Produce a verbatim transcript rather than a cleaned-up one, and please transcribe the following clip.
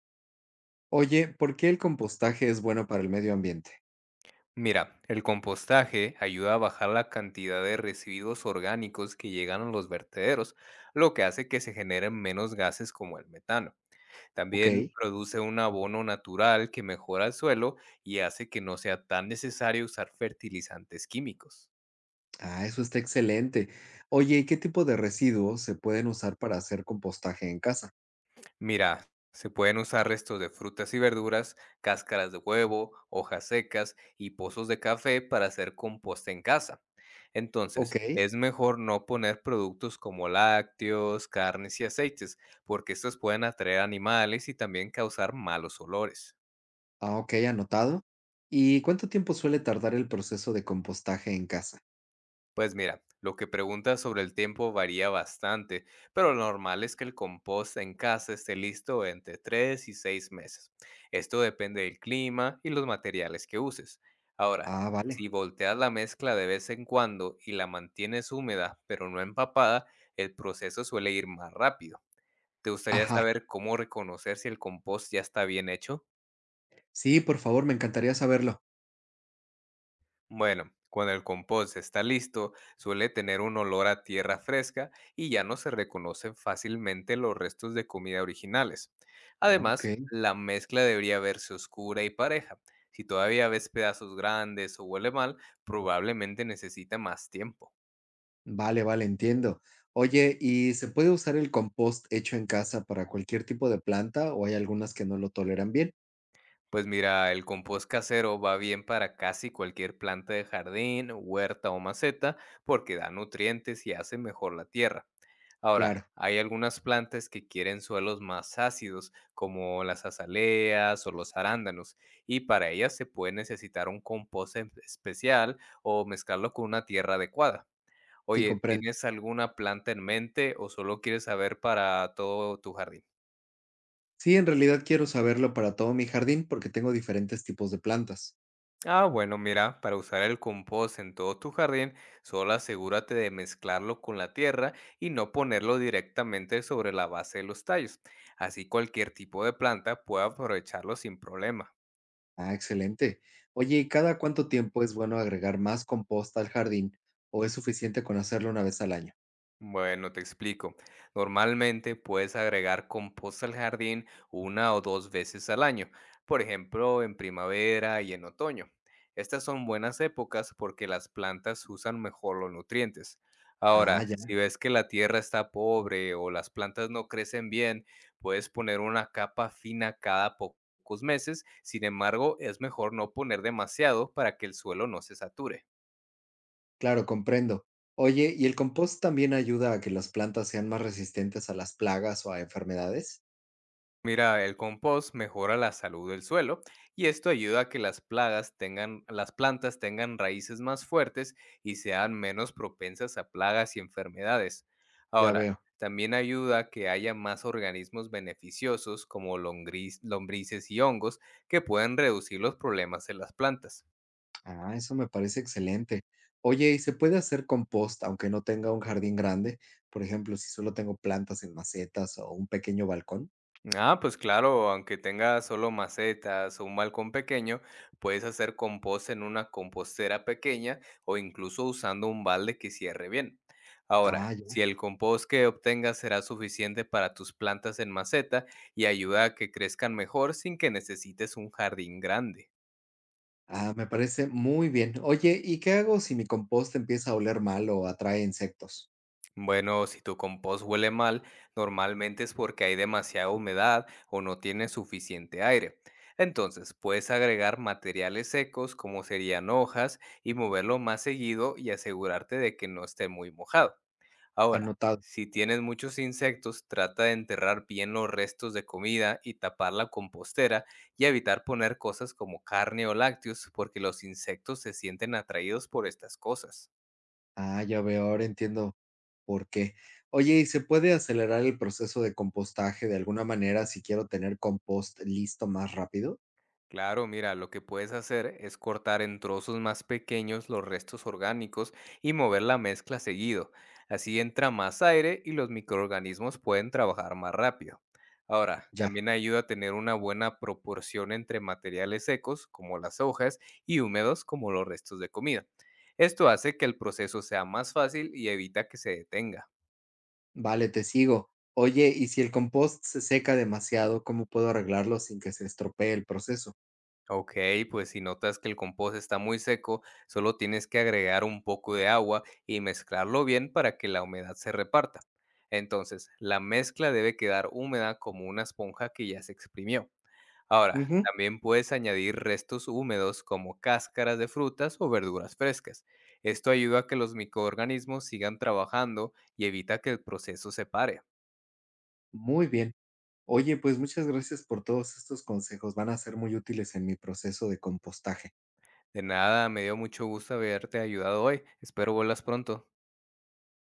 Oye, ¿por qué el compostaje es bueno para el medio ambiente? Mira, el compostaje ayuda a bajar la cantidad de residuos orgánicos que llegan a los vertederos, lo que hace que se generen menos gases como el metano. Ok. También produce un abono natural que mejora el suelo y hace que no sea tan necesario usar fertilizantes químicos. Ah, eso está excelente. Oye, ¿y qué tipo de residuos se pueden usar para hacer compostaje en casa? Mira, se pueden usar restos de frutas y verduras, cáscaras de huevo, hojas secas y pozos de café para hacer composta en casa. Entonces, Ok. es mejor no poner productos como lácteos, carnes y aceites, porque estos pueden atraer animales y también causar malos olores. Ah, ok, anotado. ¿Y cuánto tiempo suele tardar el proceso de compostaje en casa? Pues mira, lo que preguntas sobre el tiempo varía bastante, pero lo normal es que el compost en casa esté listo entre tres y seis meses. Esto depende del clima y los materiales que uses. Ahora, Ah, vale. si volteas la mezcla de vez en cuando y la mantienes húmeda pero no empapada, el proceso suele ir más rápido. ¿Te gustaría Ajá. saber cómo reconocer si el compost ya está bien hecho? Sí, por favor, me encantaría saberlo. Bueno, cuando el compost está listo, suele tener un olor a tierra fresca y ya no se reconocen fácilmente los restos de comida originales. Ah, ok. Además, la mezcla debería verse oscura y pareja. Si todavía ves pedazos grandes o huele mal, probablemente necesita más tiempo. Vale, vale, entiendo. Oye, ¿y se puede usar el compost hecho en casa para cualquier tipo de planta o hay algunas que no lo toleran bien? Pues mira, el compost casero va bien para casi cualquier planta de jardín, huerta o maceta porque da nutrientes y hace mejor la tierra. Ahora, Claro, hay algunas plantas que quieren suelos más ácidos, como las azaleas o los arándanos, y para ellas se puede necesitar un compost en- especial o mezclarlo con una tierra adecuada. sí, Oye, comprendo. ¿tienes alguna planta en mente o solo quieres saber para todo tu jardín? Sí, en realidad quiero saberlo para todo mi jardín porque tengo diferentes tipos de plantas. Ah, bueno, mira, para usar el compost en todo tu jardín, solo asegúrate de mezclarlo con la tierra y no ponerlo directamente sobre la base de los tallos. Así cualquier tipo de planta puede aprovecharlo sin problema. Ah, excelente. Oye, ¿y cada cuánto tiempo es bueno agregar más composta al jardín o es suficiente con hacerlo una vez al año? Bueno, te explico. Normalmente puedes agregar composta al jardín una o dos veces al año, por ejemplo, en primavera y en otoño. Estas son buenas épocas porque las plantas usan mejor los nutrientes. Ah, Ahora, si ya, ves que la tierra está pobre o las plantas no crecen bien, puedes poner una capa fina cada po- pocos meses. Sin embargo, es mejor no poner demasiado para que el suelo no se sature. claro, comprendo. Oye, ¿y el compost también ayuda a que las plantas sean más resistentes a las plagas o a enfermedades? Mira, el compost mejora la salud del suelo y esto ayuda a que las plagas tengan, las plantas tengan raíces más fuertes y sean menos propensas a plagas y enfermedades. Ya Ahora, veo. también ayuda a que haya más organismos beneficiosos como lombriz- lombrices y hongos que pueden reducir los problemas de las plantas. Ah, eso me parece excelente. Oye, ¿y se puede hacer compost aunque no tenga un jardín grande? Por ejemplo, si solo tengo plantas en macetas o un pequeño balcón. Ah, pues claro, aunque tengas solo macetas o un balcón pequeño, puedes hacer compost en una compostera pequeña o incluso usando un balde que cierre bien. Ahora, Ah, si el compost que obtengas será suficiente para tus plantas en maceta y ayuda a que crezcan mejor sin que necesites un jardín grande. ah, me parece muy bien. Oye, ¿y qué hago si mi compost empieza a oler mal o atrae insectos? Bueno, si tu compost huele mal, normalmente es porque hay demasiada humedad o no tiene suficiente aire. Entonces, puedes agregar materiales secos como serían hojas y moverlo más seguido y asegurarte de que no esté muy mojado. Ahora, Anotado. si tienes muchos insectos, trata de enterrar bien los restos de comida y tapar la compostera y evitar poner cosas como carne o lácteos porque los insectos se sienten atraídos por estas cosas. Ah, ya veo, ahora entiendo por qué. Oye, ¿y se puede acelerar el proceso de compostaje de alguna manera si quiero tener compost listo más rápido? Claro, mira, lo que puedes hacer es cortar en trozos más pequeños los restos orgánicos y mover la mezcla seguido. Así entra más aire y los microorganismos pueden trabajar más rápido. Ahora, Ya, también ayuda a tener una buena proporción entre materiales secos, como las hojas, y húmedos, como los restos de comida. Esto hace que el proceso sea más fácil y evita que se detenga. vale, te sigo. Oye, ¿y si el compost se seca demasiado, cómo puedo arreglarlo sin que se estropee el proceso? Ok, pues si notas que el compost está muy seco, solo tienes que agregar un poco de agua y mezclarlo bien para que la humedad se reparta. Entonces, la mezcla debe quedar húmeda como una esponja que ya se exprimió. Ahora, Ujú, también puedes añadir restos húmedos como cáscaras de frutas o verduras frescas. Esto ayuda a que los microorganismos sigan trabajando y evita que el proceso se pare. muy bien. Oye, pues muchas gracias por todos estos consejos. Van a ser muy útiles en mi proceso de compostaje. De nada, me dio mucho gusto haberte ayudado hoy. Espero vuelvas pronto.